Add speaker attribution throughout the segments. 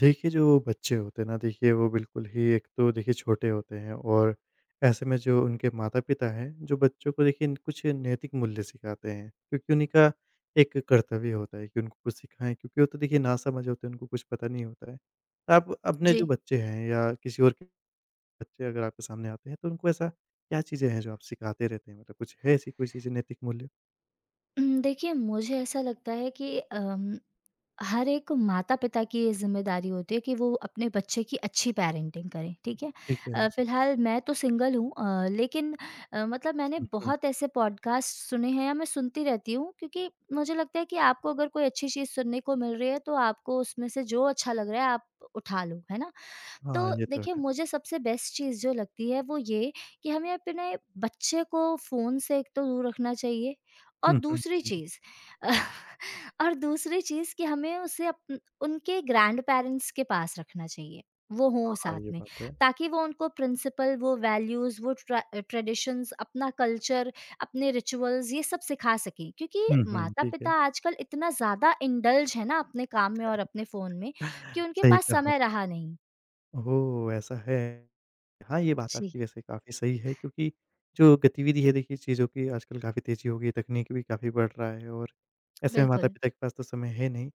Speaker 1: देखिए, जो बच्चे होते हैं ना देखिए वो बिल्कुल ही एक तो देखिए छोटे होते हैं और ऐसे में जो उनके माता-पिता हैं, जो बच्चों को देखिए कुछ नैतिक मूल्य सिखाते हैं, क्योंकि उन्हीं का एक कर्तव्य होता है कि उनको कुछ सिखाएँ क्योंकि वो तो देखिए नासमझ होते हैं, उनको कुछ पता नहीं होता है। तो आप अपने जो
Speaker 2: जी।
Speaker 1: बच्चे हैं या किसी और के बच्चे अगर आपके सामने आते हैं, तो उनको ऐसा क्या चीज़ें हैं जो आप सिखाते रहते हैं? मतलब कुछ है ऐसी कोई चीज़ें नैतिक मूल्य?
Speaker 2: देखिए मुझे ऐसा लगता है कि हर एक माता-पिता की ये ज़िम्मेदारी होती है कि वो अपने बच्चे की अच्छी पेरेंटिंग करें, ठीक है?
Speaker 1: ठीक है।
Speaker 2: फ़िलहाल मैं तो सिंगल हूँ लेकिन मतलब मैंने
Speaker 1: हुँ, हुँ।
Speaker 2: बहुत ऐसे पॉडकास्ट सुने हैं या मैं सुनती रहती हूँ क्योंकि मुझे लगता है कि आपको अगर कोई अच्छी चीज़ सुनने को मिल रही है तो आपको उसमें से जो अच्छा लग रहा है आप उठा लो, है ना? तो
Speaker 1: हाँ, ये तो
Speaker 2: देखिए
Speaker 1: है।
Speaker 2: मुझे सबसे बेस्ट चीज़ जो लगती है वो ये कि हमें अपने बच्चे को फ़ोन से एक तो दूर रखना चाहिए और
Speaker 1: हुँ, हुँ।
Speaker 2: दूसरी
Speaker 1: जी।
Speaker 2: चीज़ और दूसरी चीज़ कि हमें उसे अपन उनके ग्रैंड पेरेंट्स के पास रखना चाहिए। वो हों
Speaker 1: हाँ,
Speaker 2: साथ
Speaker 1: ये
Speaker 2: में
Speaker 1: बात है।
Speaker 2: ताकि वो उनको प्रिंसिपल वो वैल्यूज़ वो ट्रा ट्रेडिशंस अपना कल्चर, अपने रिचुअल्स ये सब सिखा सकें। क्योंकि
Speaker 1: हुँ, हुँ। ठीक
Speaker 2: माता-पिता
Speaker 1: है।
Speaker 2: आजकल इतना ज़्यादा इंडल्ज है ना अपने काम में और अपने फ़ोन में कि उनके
Speaker 1: सही
Speaker 2: पास
Speaker 1: कहा।
Speaker 2: समय रहा नहीं।
Speaker 1: ओह! ऐसा है। हाँ, ये बात
Speaker 2: जी।
Speaker 1: आपकी वैसे काफ़ी सही है क्योंकि जो गतिविधि है देखिए चीज़ों की आजकल काफ़ी तेज़ी हो गई है, तकनीक भी काफ़ी बढ़ रहा है और ऐसे में
Speaker 2: बिल्कुल।
Speaker 1: माता-पिता के पास तो समय है नहीं।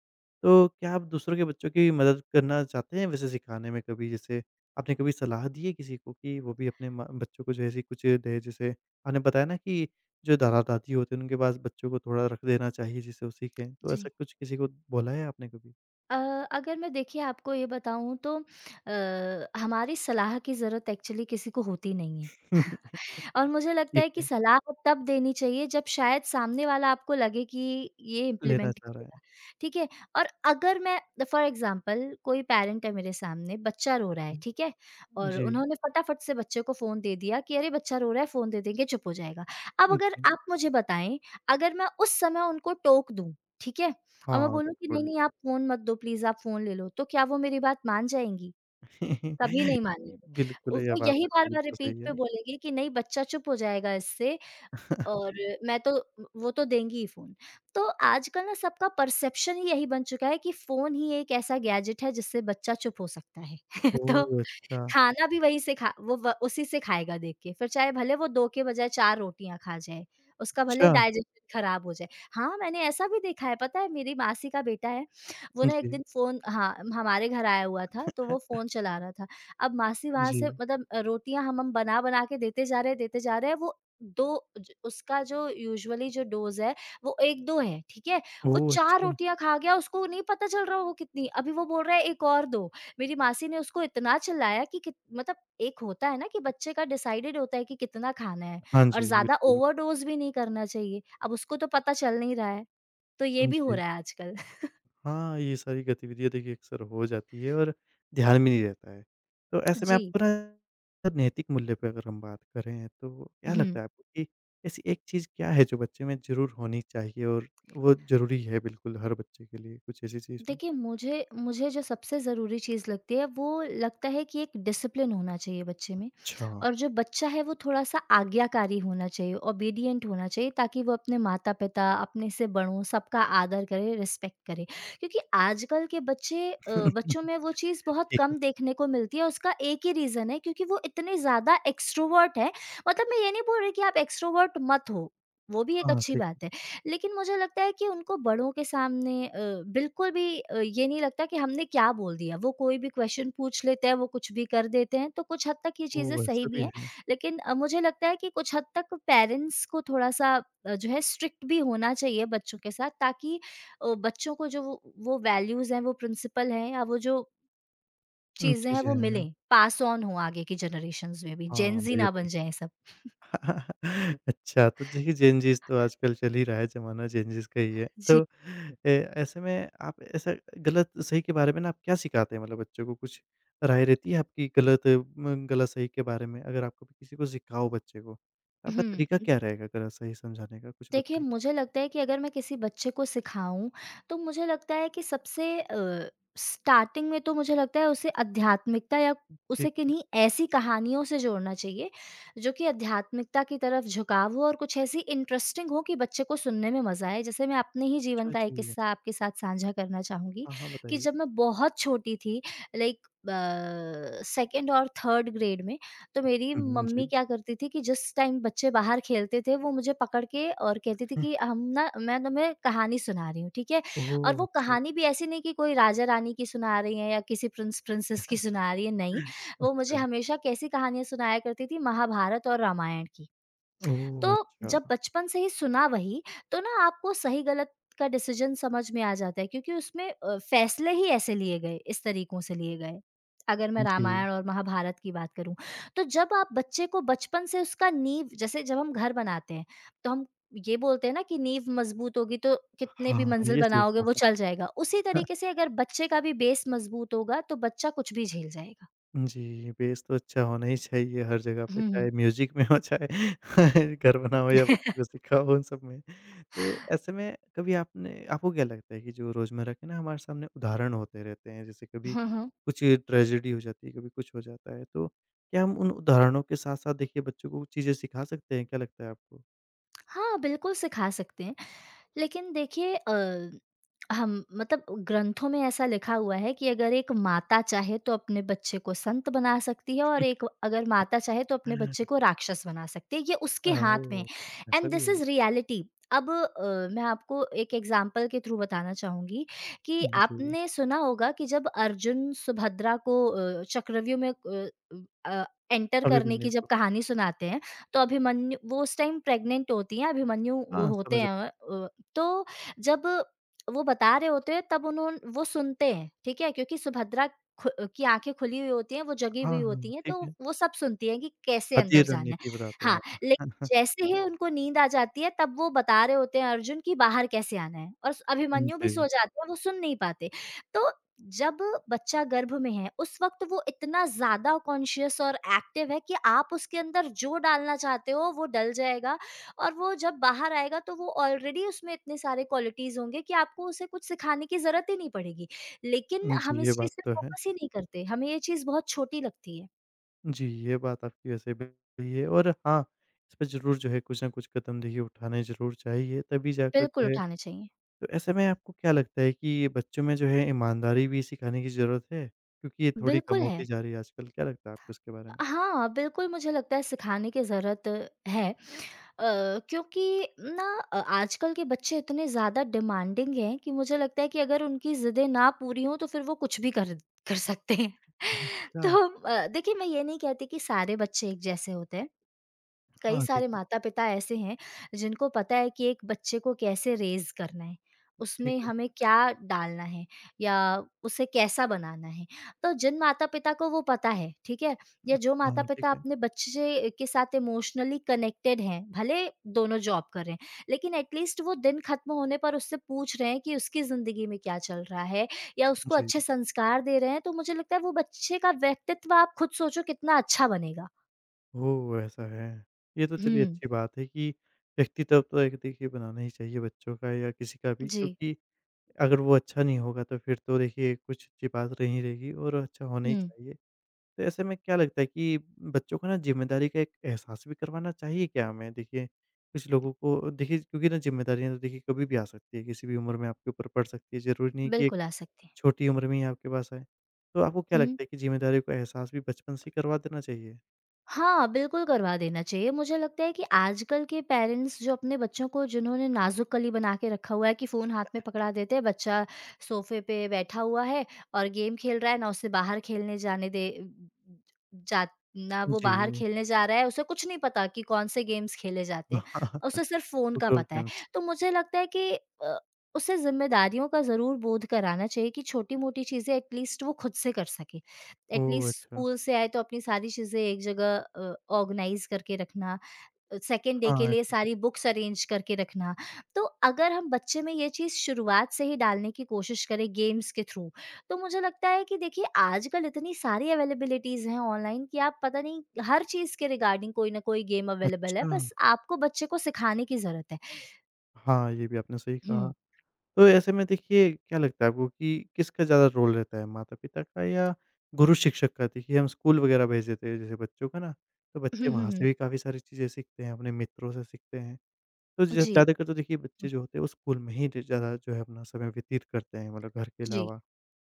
Speaker 1: तो क्या आप दूसरों के बच्चों की मदद करना चाहते हैं वैसे सिखाने में कभी? जैसे आपने कभी सलाह दी है किसी को कि वो भी अपने म बच्चों को जो है ऐसी कुछ दें? जैसे आपने बताया ना कि जो दादा-दादी होते हैं उनके पास बच्चों को थोड़ा रख देना चाहिए जिससे वो सीखें। तो
Speaker 2: जी।
Speaker 1: ऐसा कुछ किसी को बोला है आपने कभी?
Speaker 2: अ, अगर मैं देखिए आपको ये बताऊँ तो हमारी सलाह की ज़रूरत एक्चुअली किसी को होती नहीं है। और मुझे लगता
Speaker 1: ठीक
Speaker 2: है कि
Speaker 1: है,
Speaker 2: सलाह तब देनी चाहिए जब शायद सामने वाला आपको लगे कि ये
Speaker 1: लेना
Speaker 2: इम्प्लीमेंट
Speaker 1: चाह रहा
Speaker 2: करेगा,
Speaker 1: है।
Speaker 2: ठीक है? और अगर मैं फॉर एग्ज़ाम्पल कोई पैरेंट है मेरे सामने, बच्चा रो रहा है, ठीक है? और
Speaker 1: जी,
Speaker 2: उन्होंने फटाफट से बच्चे को फ़ोन दे दिया कि अरे बच्चा रो रहा है फ़ोन दे देंगे चुप हो जाएगा। अब अगर
Speaker 1: जी।
Speaker 2: आप मुझे बताएँ, अगर मैं उस समय उनको टोक दूँ, ठीक है? और मैं
Speaker 1: हाँ,
Speaker 2: बोलूँ कि
Speaker 1: बिल्कुल।
Speaker 2: नहीं-नहीं आप फ़ोन मत दो प्लीज़ आप फ़ोन ले लो, तो क्या वो मेरी बात मान जाएँगी? कभी नहीं मानेंगी।
Speaker 1: बिल्कुल,
Speaker 2: वो
Speaker 1: यह बात
Speaker 2: यही
Speaker 1: आपकी
Speaker 2: बार-बार
Speaker 1: बिल्कुल
Speaker 2: रिपीट
Speaker 1: सही
Speaker 2: पे
Speaker 1: है।
Speaker 2: बोलेंगी कि नहीं बच्चा चुप हो जाएगा इससे और मैं तो वो तो देंगी ही फ़ोन। तो आजकल ना सबका परसेप्शन ही यही बन चुका है कि फ़ोन ही एक ऐसा गैजेट है जिससे बच्चा चुप हो सकता है। तो
Speaker 1: ओह! अच्छा,
Speaker 2: खाना भी वहीं से खा वो व उसी से खाएगा देख के, फिर चाहे भले वो 2 के बजाय 4 रोटियाँ खा जाए, उसका भले
Speaker 1: अच्छा।
Speaker 2: डाइजेशन खराब हो जाए। हाँ, मैंने ऐसा भी देखा है पता है मेरी मासी का बेटा है, वो ना एक
Speaker 1: जी,
Speaker 2: दिन फ़ोन हाँ, हमारे घर आया हुआ था तो वो फ़ोन चला रहा था। अब मासी वहाँ
Speaker 1: जी।
Speaker 2: से मतलब रोटियाँ हम बना-बना के देते जा रहे हैं, देते जा रहे हैं वो 2 ज उसका जो यूजुअली जो डोज़ है, वो 1-2 है, ठीक है? वो
Speaker 1: ओह!
Speaker 2: 4
Speaker 1: अच्छा।
Speaker 2: रोटियाँ खा गया, उसको नहीं पता चल रहा वो कितनी अभी वो बोल रहा है, "एक और दो।" मेरी मासी ने उसको इतना चिल्लाया कि कित मतलब एक होता है ना कि बच्चे का डिसाइडेड होता है कि कितना खाना है
Speaker 1: हाँ
Speaker 2: और
Speaker 1: जी,
Speaker 2: ज़्यादा
Speaker 1: बिल्कुल।
Speaker 2: ओवरडोज़ भी नहीं करना चाहिए। अब उसको तो पता चल नहीं रहा है, तो ये
Speaker 1: हाँ
Speaker 2: भी हो
Speaker 1: जी।
Speaker 2: रहा है आजकल।
Speaker 1: हाँ, ये सारी गतिविधियाँ देखिए अक्सर हो जाती है और ध्यान में नहीं रहता है। तो ऐसे में
Speaker 2: जी।
Speaker 1: आपको ना नैतिक मूल्य पे अगर हम बात करें तो क्या
Speaker 2: हुँ।
Speaker 1: लगता है आपको कि ऐसी एक चीज़ क्या है जो बच्चे में ज़रूर होनी चाहिए और वो ज़रूरी है बिल्कुल हर बच्चे के लिए? कुछ ऐसी चीज़ हो?
Speaker 2: देखिए मुझे मुझे जो सबसे ज़रूरी चीज़ लगती है वो लगता है कि एक डिसिप्लिन होना चाहिए बच्चे में
Speaker 1: अच्छा।
Speaker 2: और जो बच्चा है वो थोड़ा-सा आज्ञाकारी होना चाहिए, ओबीडिएंट होना चाहिए ताकि वो अपने माता-पिता, अपने से बड़ों सबका आदर करे, रिस्पेक्ट करे। क्योंकि आजकल के बच्चे अ, बच्चों में वो चीज़ बहुत
Speaker 1: ठीक है।
Speaker 2: कम देखने को मिलती है, उसका एक ही रीज़न है क्योंकि वो इतने ज़्यादा एक्सट्रोवर्ट हैं। मतलब मैं ये नहीं बोल रही कि आप एक्सट्रोवर्ट मत हो, वो भी एक
Speaker 1: हाँ,
Speaker 2: अच्छी
Speaker 1: ठीक है।
Speaker 2: बात है। लेकिन मुझे लगता है कि उनको बड़ों के सामने बिल्कुल भी ये नहीं लगता कि हमने क्या बोल दिया। वो कोई भी क्वेश्चन पूछ लेते हैं, वो कुछ भी कर देते हैं, तो कुछ हद तक ये चीज़ें
Speaker 1: ओह!
Speaker 2: सही
Speaker 1: ऐसा
Speaker 2: भी
Speaker 1: भी
Speaker 2: हैं।
Speaker 1: है।
Speaker 2: लेकिन मुझे लगता है कि कुछ हद तक पेरेंट्स को थोड़ा-सा जो है स्ट्रिक्ट भी होना चाहिए बच्चों के साथ ताकि बच्चों को जो वो वैल्यूज़ हैं, वो प्रिंसिपल हैं या वो जो चीज़ें हैं
Speaker 1: चीज़ें
Speaker 2: वो
Speaker 1: हैं।
Speaker 2: मिलें, पास ऑन हो आगे की जनरेशंस में भी, जेन
Speaker 1: हाँ,
Speaker 2: ज़ी
Speaker 1: ये
Speaker 2: ना बन
Speaker 1: बात
Speaker 2: जाएँ सब।
Speaker 1: अच्छा, तो देखिए जेनज़ीज़ तो आजकल चल ही रहा है, ज़माना जेनज़ीज़ का ही है।
Speaker 2: जी।
Speaker 1: तो ए ऐसे में आप ऐसा गलत-सही के बारे में ना आप क्या सिखाते हैं मतलब बच्चों को? कुछ राय रहती है आपकी गलत-सही के बारे में? अगर आप कभी किसी को सिखाओ बच्चे को, तो आपका तरीका
Speaker 2: हुँ।
Speaker 1: क्या रहेगा गलत-सही समझाने का? कुछ
Speaker 2: देखिए,
Speaker 1: बताइए।
Speaker 2: मुझे लगता है कि अगर मैं किसी बच्चे को सिखाऊँ, तो मुझे लगता है कि स्टार्टिंग में तो मुझे लगता है उसे आध्यात्मिकता या उसे
Speaker 1: ठीक है।
Speaker 2: किन्हीं ऐसी कहानियों से जोड़ना चाहिए, जो कि आध्यात्मिकता की तरफ झुकाव हो और कुछ ऐसी इंटरेस्टिंग हो कि बच्चे को सुनने में मज़ा आए। जैसे मैं अपने ही जीवन
Speaker 1: अच्छा
Speaker 2: का एक
Speaker 1: जी।
Speaker 2: किस्सा आपके साथ साझा करना चाहूँगी
Speaker 1: हाँ, हाँ,
Speaker 2: कि
Speaker 1: बताइए।
Speaker 2: जब मैं बहुत छोटी थी लाइक 2nd और 3rd ग्रेड में, तो मेरी
Speaker 1: हुँ, हुँ,
Speaker 2: मम्मी
Speaker 1: जी।
Speaker 2: क्या करती थी कि जिस टाइम बच्चे बाहर खेलते थे वो मुझे पकड़ के और कहती थी कि हम ना मैं तुम्हें कहानी सुना रही हूँ, ठीक है? और
Speaker 1: ओह!
Speaker 2: वो
Speaker 1: अच्छा।
Speaker 2: कहानी भी ऐसी नहीं कि कोई राजा-रानी की सुना रही हैं या किसी प्रिंस प्रिंसेस की सुना रही हैं, नहीं। वो मुझे
Speaker 1: अच्छा।
Speaker 2: हमेशा कैसी कहानियाँ सुनाया करती थी महाभारत और रामायण की। तो
Speaker 1: ओह! अच्छा।
Speaker 2: जब बचपन से ही सुना वही, तो ना आपको सही गलत का डिसीज़न समझ में आ जाता है क्योंकि उसमें फैसले ही ऐसे लिए गए, इस तरीकों से लिए गए। अगर मैं
Speaker 1: जी।
Speaker 2: रामायण और महाभारत की बात करूँ, तो जब आप बच्चे को बचपन से उसका नींव जैसे जब हम घर बनाते हैं, तो हम ये बोलते हैं ना कि नींव मज़बूत होगी तो कितने भी
Speaker 1: हाँ,
Speaker 2: मंज़िल
Speaker 1: ये सही
Speaker 2: बनाओगे वो
Speaker 1: कहा।
Speaker 2: चल जाएगा। उसी तरीके से अगर बच्चे का भी बेस मज़बूत होगा, तो बच्चा कुछ भी झेल जाएगा।
Speaker 1: जी, बेस तो अच्छा होना ही चाहिए हर जगह पे,
Speaker 2: हुँ, हुँ।
Speaker 1: चाहे म्यूज़िक में हो, चाहे घर बना हो या बच्चों को सिखाओ, उन सब में। तो ऐसे में कभी आपने आपको क्या लगता है कि जो रोज़मर्रा के ना हमारे सामने उदाहरण होते रहते हैं, जैसे कभी
Speaker 2: हुँ, हुँ।
Speaker 1: कुछ ट्रेजेडी हो जाती है, कभी कुछ हो जाता है, तो क्या हम उन उदाहरणों के साथ-साथ देखिए बच्चों को चीज़ें सिखा सकते हैं, क्या लगता है आपको?
Speaker 2: हाँ, बिल्कुल सिखा सकते हैं लेकिन देखिए हम मतलब ग्रंथों में ऐसा लिखा हुआ है कि अगर एक माता चाहे तो अपने बच्चे को संत बना सकती है और एक अगर माता चाहे तो अपने बच्चे को राक्षस बना सकती है ये उसके हाथ में है
Speaker 1: ओह! ऐसा
Speaker 2: एंड
Speaker 1: भी
Speaker 2: दिस
Speaker 1: है।
Speaker 2: इज रियलिटी अब मैं आपको एक एग्जाम्पल के थ्रू बताना चाहूंगी कि
Speaker 1: जी,
Speaker 2: आपने सुना होगा कि जब अर्जुन सुभद्रा को चक्रव्यूह में एंटर करने की
Speaker 1: अभिमन्यु
Speaker 2: जब
Speaker 1: को।
Speaker 2: कहानी सुनाते हैं तो अभिमन्यु वो उस टाइम प्रेग्नेंट होती हैं अभिमन्यु
Speaker 1: हाँ,
Speaker 2: होते
Speaker 1: समझ रहा
Speaker 2: हैं तो जब वो बता रहे होते हैं तब उन्होंने वो सुनते हैं, ठीक है? क्योंकि सुभद्रा खु की आँखें खुली हुई होती हैं, वो
Speaker 1: हूँ।
Speaker 2: जगी हुई
Speaker 1: हाँ, हाँ,
Speaker 2: होती हैं,
Speaker 1: ठीक
Speaker 2: तो
Speaker 1: है।
Speaker 2: वो सब सुनती हैं कि कैसे
Speaker 1: आधी
Speaker 2: अंदर जाना है।
Speaker 1: रणनीति बताते
Speaker 2: हाँ, लेकिन
Speaker 1: हैं।
Speaker 2: जैसे ही उनको नींद आ जाती है तब वो बता रहे होते हैं अर्जुन कि बाहर कैसे आना है और अभिमन्यु भी सो
Speaker 1: जी।
Speaker 2: जाते हैं, वो सुन नहीं पाते। तो जब बच्चा गर्भ में है, उस वक़्त वो इतना ज़्यादा कॉन्शियस और एक्टिव है कि आप उसके अंदर जो डालना चाहते हो, वो डल जाएगा और वो जब बाहर आएगा तो वो ऑलरेडी उसमें इतने सारे क्वालिटीज़ होंगे कि आपको उसे कुछ सिखाने की ज़रूरत ही नहीं पड़ेगी। लेकिन हम
Speaker 1: जी, ये
Speaker 2: इस
Speaker 1: बात
Speaker 2: चीज़ पे
Speaker 1: तो है।
Speaker 2: फ़ोकस ही नहीं करते, हमें ये चीज़ बहुत छोटी लगती है।
Speaker 1: जी, ये बात आपकी वैसे भी सही है और हाँ, इस पे ज़रूर जो है कुछ न कुछ कदम देखिए उठाने ज़रूर चाहिए, तभी जाकर
Speaker 2: बिल्कुल
Speaker 1: जो है
Speaker 2: उठाने चाहिए।
Speaker 1: तो ऐसे में आपको क्या लगता है कि बच्चों में जो है ईमानदारी भी सिखाने की ज़रूरत है? क्योंकि ये थोड़ी कम
Speaker 2: बिल्कुल
Speaker 1: होती
Speaker 2: है।
Speaker 1: जा रही है आजकल, क्या लगता है आपको इसके बारे में?
Speaker 2: हाँ, बिल्कुल मुझे लगता है सिखाने की ज़रूरत है अ, क्योंकि ना आजकल के बच्चे इतने ज़्यादा डिमांडिंग हैं कि मुझे लगता है कि अगर उनकी ज़िदें ना पूरी हों तो फिर वो कुछ भी कर कर सकते हैं।
Speaker 1: अच्छा,
Speaker 2: तो देखिए मैं ये नहीं कहती कि सारे बच्चे एक जैसे होते हैं। कई
Speaker 1: हाँ, ठीक
Speaker 2: सारे
Speaker 1: है,
Speaker 2: माता-पिता ऐसे हैं, जिनको पता है कि एक बच्चे को कैसे रेज़ करना है,
Speaker 1: ठीक
Speaker 2: उसमें
Speaker 1: है।
Speaker 2: हमें क्या डालना है या उसे कैसा बनाना है। तो जिन माता-पिता को वो पता है, ठीक है? या जो
Speaker 1: हाँ, ठीक
Speaker 2: माता-पिता
Speaker 1: है।
Speaker 2: अपने बच्चे के साथ इमोशनली कनेक्टेड हैं, भले दोनों जॉब कर रहे हैं, लेकिन एट लीस्ट वो दिन ख़त्म होने पर उससे पूछ रहे हैं कि उसकी ज़िंदगी में क्या चल रहा है या उसको
Speaker 1: जी।
Speaker 2: अच्छे संस्कार दे रहे हैं, तो मुझे लगता है वो बच्चे का व्यक्तित्व आप खुद सोचो कितना अच्छा बनेगा।
Speaker 1: ओह! ऐसा है। ये तो चलिए
Speaker 2: हुँ।
Speaker 1: अच्छी बात है कि व्यक्तित्व तो एक देखिए बनाना ही चाहिए बच्चों का या किसी का भी
Speaker 2: जी।
Speaker 1: क्योंकि अगर वो अच्छा नहीं होगा तो फिर तो देखिए कुछ अच्छी बात नहीं रहेगी और अच्छा होना ही
Speaker 2: हुँ।
Speaker 1: चाहिए। तो ऐसे में क्या लगता है कि बच्चों को ना ज़िम्मेदारी का एक एहसास भी करवाना चाहिए क्या हमें? देखिए कुछ लोगों को देखिए क्योंकि ना ज़िम्मेदारियाँ तो देखिए कभी भी आ सकती है, किसी भी उम्र में आपके ऊपर पड़ सकती है, ज़रूरी नहीं कि एक
Speaker 2: बिल्कुल आ सकते हैं।
Speaker 1: छोटी उम्र में ही आपके पास आए। तो आपको क्या
Speaker 2: हुँ।
Speaker 1: लगता है कि ज़िम्मेदारी का एहसास भी बचपन से ही करवा देना चाहिए?
Speaker 2: हाँ, बिल्कुल करवा देना चाहिए। मुझे लगता है कि आजकल के पेरेंट्स जो अपने बच्चों को जिन्होंने नाज़ुक कली बना के रखा हुआ है कि फ़ोन हाथ में पकड़ा देते हैं, बच्चा सोफ़े पे बैठा हुआ है और गेम खेल रहा है, ना उसे बाहर खेलने जाने दे जा ना वो बाहर
Speaker 1: जी।
Speaker 2: खेलने जा रहा है, उसे कुछ नहीं पता कि कौन से गेम्स खेले जाते हैं।
Speaker 1: हाँ,
Speaker 2: उसे सिर्फ़ फ़ोन का
Speaker 1: आउटडोर
Speaker 2: पता है।
Speaker 1: गेम्स।
Speaker 2: तो मुझे लगता है कि अ, उसे ज़िम्मेदारियों का ज़रूर बोध कराना चाहिए कि छोटी-मोटी चीज़ें एटलीस्ट वो खुद से कर सके।
Speaker 1: ओह!
Speaker 2: एटलीस्ट
Speaker 1: अच्छा।
Speaker 2: स्कूल से आए तो अपनी सारी चीज़ें एक जगह ऑर्गनाइज़ करके रखना, सेकंड डे के
Speaker 1: हाँ,
Speaker 2: लिए
Speaker 1: ठीक है।
Speaker 2: सारी बुक्स अरेंज करके रखना। तो अगर हम बच्चे में ये चीज़ शुरुआत से ही डालने की कोशिश करें गेम्स के थ्रू, तो मुझे लगता है कि देखिए आजकल इतनी सारी अवेलेबिलिटीज़ हैं ऑनलाइन कि आप पता नहीं हर चीज़ के रिगार्डिंग कोई ना कोई गेम अवेलेबल है,
Speaker 1: अच्छा।
Speaker 2: बस आपको बच्चे को सिखाने की ज़रूरत है।
Speaker 1: हाँ, ये भी आपने सही
Speaker 2: हुँ।
Speaker 1: कहा। तो ऐसे में देखिए क्या लगता है आपको कि किसका ज़्यादा रोल रहता है, माता-पिता का या गुरु शिक्षक का? देखिए हम स्कूल वगैरह भेज देते हैं जैसे बच्चों को ना, तो
Speaker 2: हुँ,
Speaker 1: बच्चे
Speaker 2: हुँ,
Speaker 1: वहाँ से
Speaker 2: हुँ।
Speaker 1: भी काफ़ी सारी चीज़ें सीखते हैं, अपने मित्रों से सीखते हैं। तो ज
Speaker 2: जी। हुँ,
Speaker 1: ज़्यादातर तो देखिए बच्चे जो होते हैं वो स्कूल में ही ज ज़्यादा जो है अपना समय व्यतीत करते हैं मतलब घर के
Speaker 2: जी।
Speaker 1: अलावा।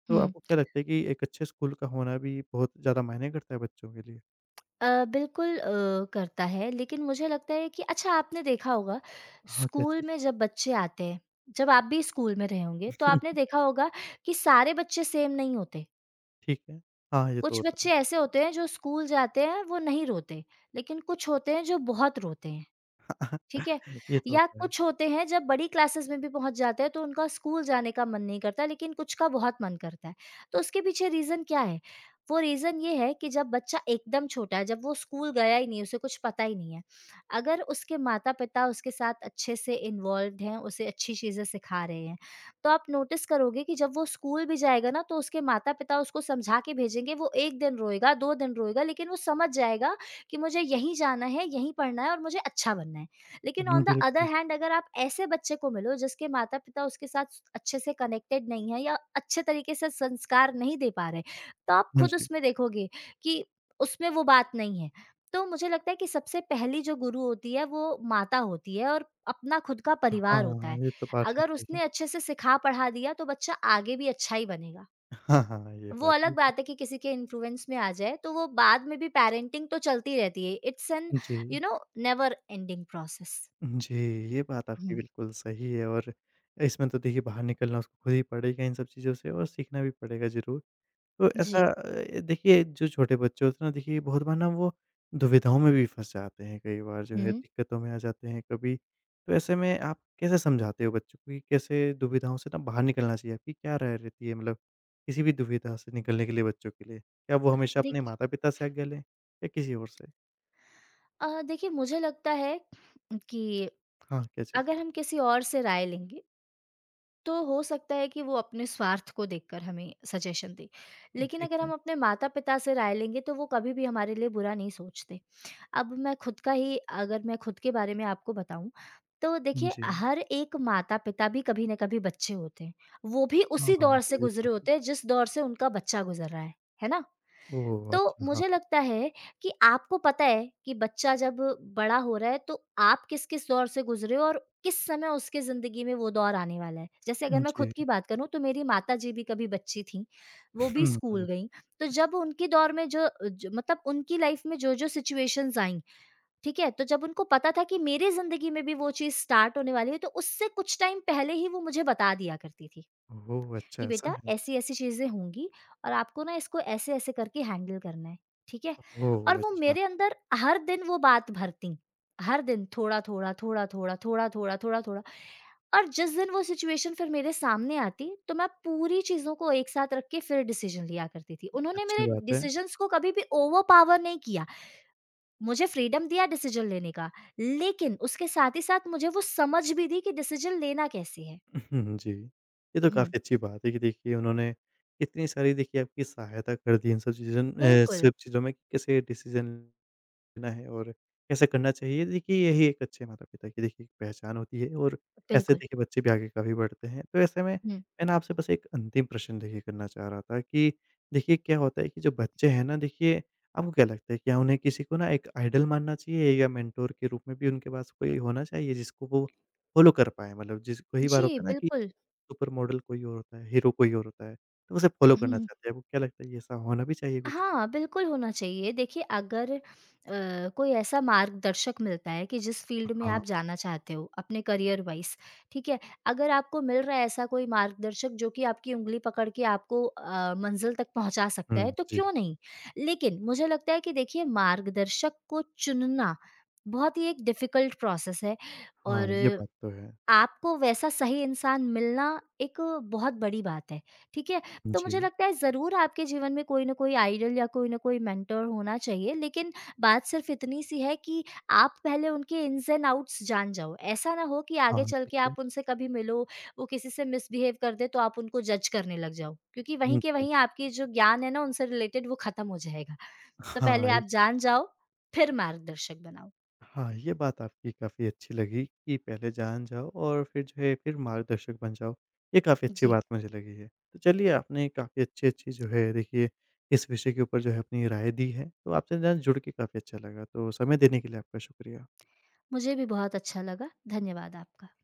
Speaker 1: तो
Speaker 2: हुँ।
Speaker 1: आपको क्या लगता है कि एक अच्छे स्कूल का होना भी बहुत ज़्यादा मायने करता है बच्चों के लिए?
Speaker 2: बिल्कुल करता है, लेकिन मुझे लगता है कि अच्छा आपने देखा होगा
Speaker 1: हाँ, क्या
Speaker 2: स्कूल
Speaker 1: चीज़?
Speaker 2: में जब बच्चे आते हैं, जब आप भी स्कूल में रहे होंगे, तो आपने देखा होगा कि सारे बच्चे सेम नहीं होते।
Speaker 1: ठीक है। हाँ, ये तो
Speaker 2: कुछ
Speaker 1: होता
Speaker 2: बच्चे
Speaker 1: है।
Speaker 2: ऐसे होते हैं जो स्कूल जाते हैं वो नहीं रोते, लेकिन कुछ होते हैं जो बहुत रोते हैं। ठीक है?
Speaker 1: ये तो
Speaker 2: या
Speaker 1: होता है।
Speaker 2: कुछ होते हैं जब बड़ी क्लासेस में भी पहुँच जाते हैं तो उनका स्कूल जाने का मन नहीं करता, लेकिन कुछ का बहुत मन करता है। तो उसके पीछे रीज़न क्या है? वो रीज़न ये है कि जब बच्चा एकदम छोटा है, जब वो स्कूल गया ही नहीं, उसे कुछ पता ही नहीं है। अगर उसके माता-पिता उसके साथ अच्छे से इन्वॉल्व्ड हैं, उसे अच्छी चीज़ें सिखा रहे हैं, तो आप नोटिस करोगे कि जब वो स्कूल भी जाएगा ना, तो उसके माता-पिता उसको समझा के भेजेंगे। वो 1 दिन रोएगा, 2 दिन रोएगा, लेकिन वो समझ जाएगा कि मुझे यहीं जाना है, यहीं पढ़ना है और मुझे अच्छा बनना है। लेकिन
Speaker 1: हुँ,
Speaker 2: ऑन द अदर
Speaker 1: बिल्कुल।
Speaker 2: हैंड, अगर आप ऐसे बच्चे को मिलो जिसके माता-पिता उसके साथ अच्छे से कनेक्टेड नहीं है या अच्छे तरीके से संस्कार नहीं दे पा रहे, तो आप
Speaker 1: हाँ
Speaker 2: खुद
Speaker 1: जी।
Speaker 2: उसमें देखोगे कि उसमें वो बात नहीं है। तो मुझे लगता है कि सबसे पहली जो गुरु होती है वो माता होती है, और अपना खुद का परिवार होता
Speaker 1: हाँ,
Speaker 2: है।
Speaker 1: ये तो बात ठीक
Speaker 2: अगर
Speaker 1: कही।
Speaker 2: उसने अच्छे से सिखा पढ़ा दिया, तो बच्चा आगे भी अच्छा ही बनेगा।
Speaker 1: हाँ, हाँ, हाँ, ये
Speaker 2: वो
Speaker 1: बात
Speaker 2: अलग
Speaker 1: देखिए
Speaker 2: बात है कि किसी के इन्फ्लुएंस में आ जाए, तो वो बाद में भी पेरेंटिंग तो चलती रहती है। इट्स एन
Speaker 1: जी,
Speaker 2: नेवर एंडिंग प्रोसेस।
Speaker 1: जी, ये बात आपकी
Speaker 2: हुँ।
Speaker 1: बिल्कुल सही है और इसमें तो देखिए बाहर निकलना उसको खुद ही पड़ेगा इन सब चीज़ों से और सीखना भी पड़ेगा ज़रूर। तो ऐसा
Speaker 2: जी।
Speaker 1: देखिए जो छोटे बच्चे होते हैं ना देखिए बहुत बार ना वो दुविधाओं में भी फँस जाते हैं, कई बार जो है
Speaker 2: हुँ।
Speaker 1: दिक्कतों में आ जाते हैं कभी। तो ऐसे में आप कैसे समझाते हो बच्चों को कि कैसे दुविधाओं से ना बाहर निकलना चाहिए? आपकी क्या राय रहती है मतलब किसी भी दुविधा से निकलने के लिए बच्चों के लिए? क्या वो हमेशा अपने
Speaker 2: देखिए
Speaker 1: माता-पिता से आज्ञा लें या किसी और से?
Speaker 2: देखिए मुझे लगता है कि
Speaker 1: हाँ, क्या चीज़?
Speaker 2: अगर हम किसी और से राय लेंगे, तो हो सकता है कि वो अपने स्वार्थ को देखकर हमें सजेशन दें।
Speaker 1: हुँ,
Speaker 2: लेकिन
Speaker 1: ठीक
Speaker 2: अगर हम
Speaker 1: है।
Speaker 2: अपने माता-पिता से राय लेंगे, तो वो कभी भी हमारे लिए बुरा नहीं सोचते। अब मैं खुद का ही अगर मैं खुद के बारे में आपको बताऊँ, तो देखिए
Speaker 1: जी।
Speaker 2: हर एक माता-पिता भी कभी न कभी बच्चे होते हैं। वो भी
Speaker 1: हाँ,
Speaker 2: उसी
Speaker 1: हाँ,
Speaker 2: दौर
Speaker 1: हाँ,
Speaker 2: से
Speaker 1: ये तो
Speaker 2: गुज़रे
Speaker 1: है।
Speaker 2: होते हैं जिस दौर से उनका बच्चा गुज़र रहा है। है ना?
Speaker 1: ओह!
Speaker 2: तो
Speaker 1: अच्छा, हाँ।
Speaker 2: मुझे लगता है कि आपको पता है कि बच्चा जब बड़ा हो रहा है, तो आप किस-किस दौर से गुज़रे हो और किस समय उसके ज़िंदगी में वो दौर आने वाला है। जैसे अगर मैं खुद
Speaker 1: जी।
Speaker 2: की बात करूँ, तो मेरी माताजी भी कभी बच्ची थीं, वो भी
Speaker 1: हुँ,
Speaker 2: स्कूल
Speaker 1: जी।
Speaker 2: गईं। तो जब उनके दौर में जो जो मतलब उनकी लाइफ़ में जो-जो सिचुएशंस आईं, ठीक है? तो जब उनको पता था कि मेरी ज़िंदगी में भी वो चीज़ स्टार्ट होने वाली है, तो उससे कुछ टाइम पहले ही वो मुझे बता दिया करती थी।
Speaker 1: ओह! अच्छा
Speaker 2: कि
Speaker 1: ऐसा
Speaker 2: बेटा
Speaker 1: है।
Speaker 2: ऐसी-ऐसी चीज़ें होंगी और आपको ना इसको ऐसे-ऐसे करके हैंडल करना है, ठीक है? और
Speaker 1: ओह!
Speaker 2: वो
Speaker 1: अच्छा,
Speaker 2: मेरे अंदर हर दिन वो बात भरतीं, हर दिन थोड़ा-थोड़ा, थोड़ा-थोड़ा, थोड़ा-थोड़ा, थोड़ा-थोड़ा। और जिस दिन वो सिचुएशन फिर मेरे सामने आती, तो मैं पूरी चीज़ों को एक साथ रख के फिर डिसीज़न लिया करती थी। उन्होंने
Speaker 1: अच्छी
Speaker 2: मेरे
Speaker 1: बात है।
Speaker 2: डिसीज़न्स को कभी भी ओवरपावर नहीं किया, मुझे फ्रीडम दिया डिसीज़न लेने का, लेकिन उसके साथ ही साथ मुझे वो समझ भी दी कि डिसीज़न लेना कैसे है।
Speaker 1: जी। ये तो
Speaker 2: हुँ,
Speaker 1: काफ़ी अच्छी बात है कि देखिए उन्होंने इतनी सारी देखिए आपकी सहायता कर दी इन सब
Speaker 2: बिल्कुल,
Speaker 1: सब चीज़ों में कि कैसे डिसीज़न करना है और कैसे करना चाहिए। देखिए यही एक अच्छे माता-पिता की देखिए पहचान होती है और ऐसे
Speaker 2: बिल्कुल।
Speaker 1: देखिए बच्चे भी आगे काफ़ी बढ़ते हैं। तो ऐसे में मैं ना आपसे बस एक अंतिम प्रश्न देखिए करना चाह रहा था कि देखिए क्या होता है कि जो बच्चे हैं ना देखिए आपको क्या लगता है क्या उन्हें किसी को ना एक आइडल मानना चाहिए या मेंटर के रूप में भी उनके पास कोई होना चाहिए जिसको वो फॉलो कर पाएँ? मतलब जिस कई बार
Speaker 2: जी,
Speaker 1: होता है ना कि
Speaker 2: बिल्कुल।
Speaker 1: सुपर मॉडल कोई और होता है, हीरो कोई और होता है, तो उसे फॉलो करना
Speaker 2: हुँ।
Speaker 1: चाहते हैं। आपको क्या लगता है ये ऐसा होना भी चाहिए कुछ?
Speaker 2: हाँ, बिल्कुल होना चाहिए। देखिए, अगर कोई ऐसा मार्गदर्शक मिलता है कि जिस फ़ील्ड में
Speaker 1: हाँ।
Speaker 2: आप जाना चाहते हो अपने करियर वाइज़, ठीक है? अगर आपको मिल रहा है ऐसा कोई मार्गदर्शक, जो कि आपकी ऊँगली पकड़ के आपको मंज़िल तक पहुँचा सकता है,
Speaker 1: हुँ,
Speaker 2: तो
Speaker 1: जी।
Speaker 2: क्यों नहीं? लेकिन मुझे लगता है कि देखिए, मार्गदर्शक को चुनना बहुत ही एक डिफ़िकल्ट प्रोसेस है,
Speaker 1: हाँ,
Speaker 2: और
Speaker 1: ये बात तो है।
Speaker 2: आपको वैसा सही इंसान मिलना एक बहुत बड़ी बात है, ठीक है? तो
Speaker 1: जी।
Speaker 2: मुझे लगता है ज़रूर आपके जीवन में कोई न कोई आइडल या कोई न कोई मेंटर होना चाहिए, लेकिन बात सिर्फ़ इतनी सी है कि आप पहले उनके इन्स एंड आउट्स जान जाओ। ऐसा ना हो कि आगे
Speaker 1: हाँ,
Speaker 2: चल
Speaker 1: ठीक
Speaker 2: के आप
Speaker 1: है।
Speaker 2: उनसे कभी मिलो, वो किसी से मिसबिहेव कर दे, तो आप उनको जज करने लग जाओ, क्योंकि वहीं
Speaker 1: हुँ,
Speaker 2: के
Speaker 1: जी।
Speaker 2: वहीं आपकी जो ज्ञान है ना उनसे रिलेटेड, वो ख़त्म हो जाएगा। तो पहले
Speaker 1: हाँ,
Speaker 2: आप
Speaker 1: ये
Speaker 2: जान जाओ, फिर मार्गदर्शक बनाओ।
Speaker 1: हाँ, ये बात आपकी काफ़ी अच्छी लगी कि पहले जान जाओ और फिर जो है फिर मार्गदर्शक बन जाओ। ये काफ़ी अच्छी
Speaker 2: जी,
Speaker 1: बात मुझे लगी है। तो चलिए आपने काफ़ी अच्छी-अच्छी जो है देखिए इस विषय के ऊपर जो है अपनी राय दी है। तो आपसे ना जुड़ के काफ़ी अच्छा लगा। तो समय देने के लिए आपका शुक्रिया।
Speaker 2: मुझे भी बहुत अच्छा लगा। धन्यवाद आपका।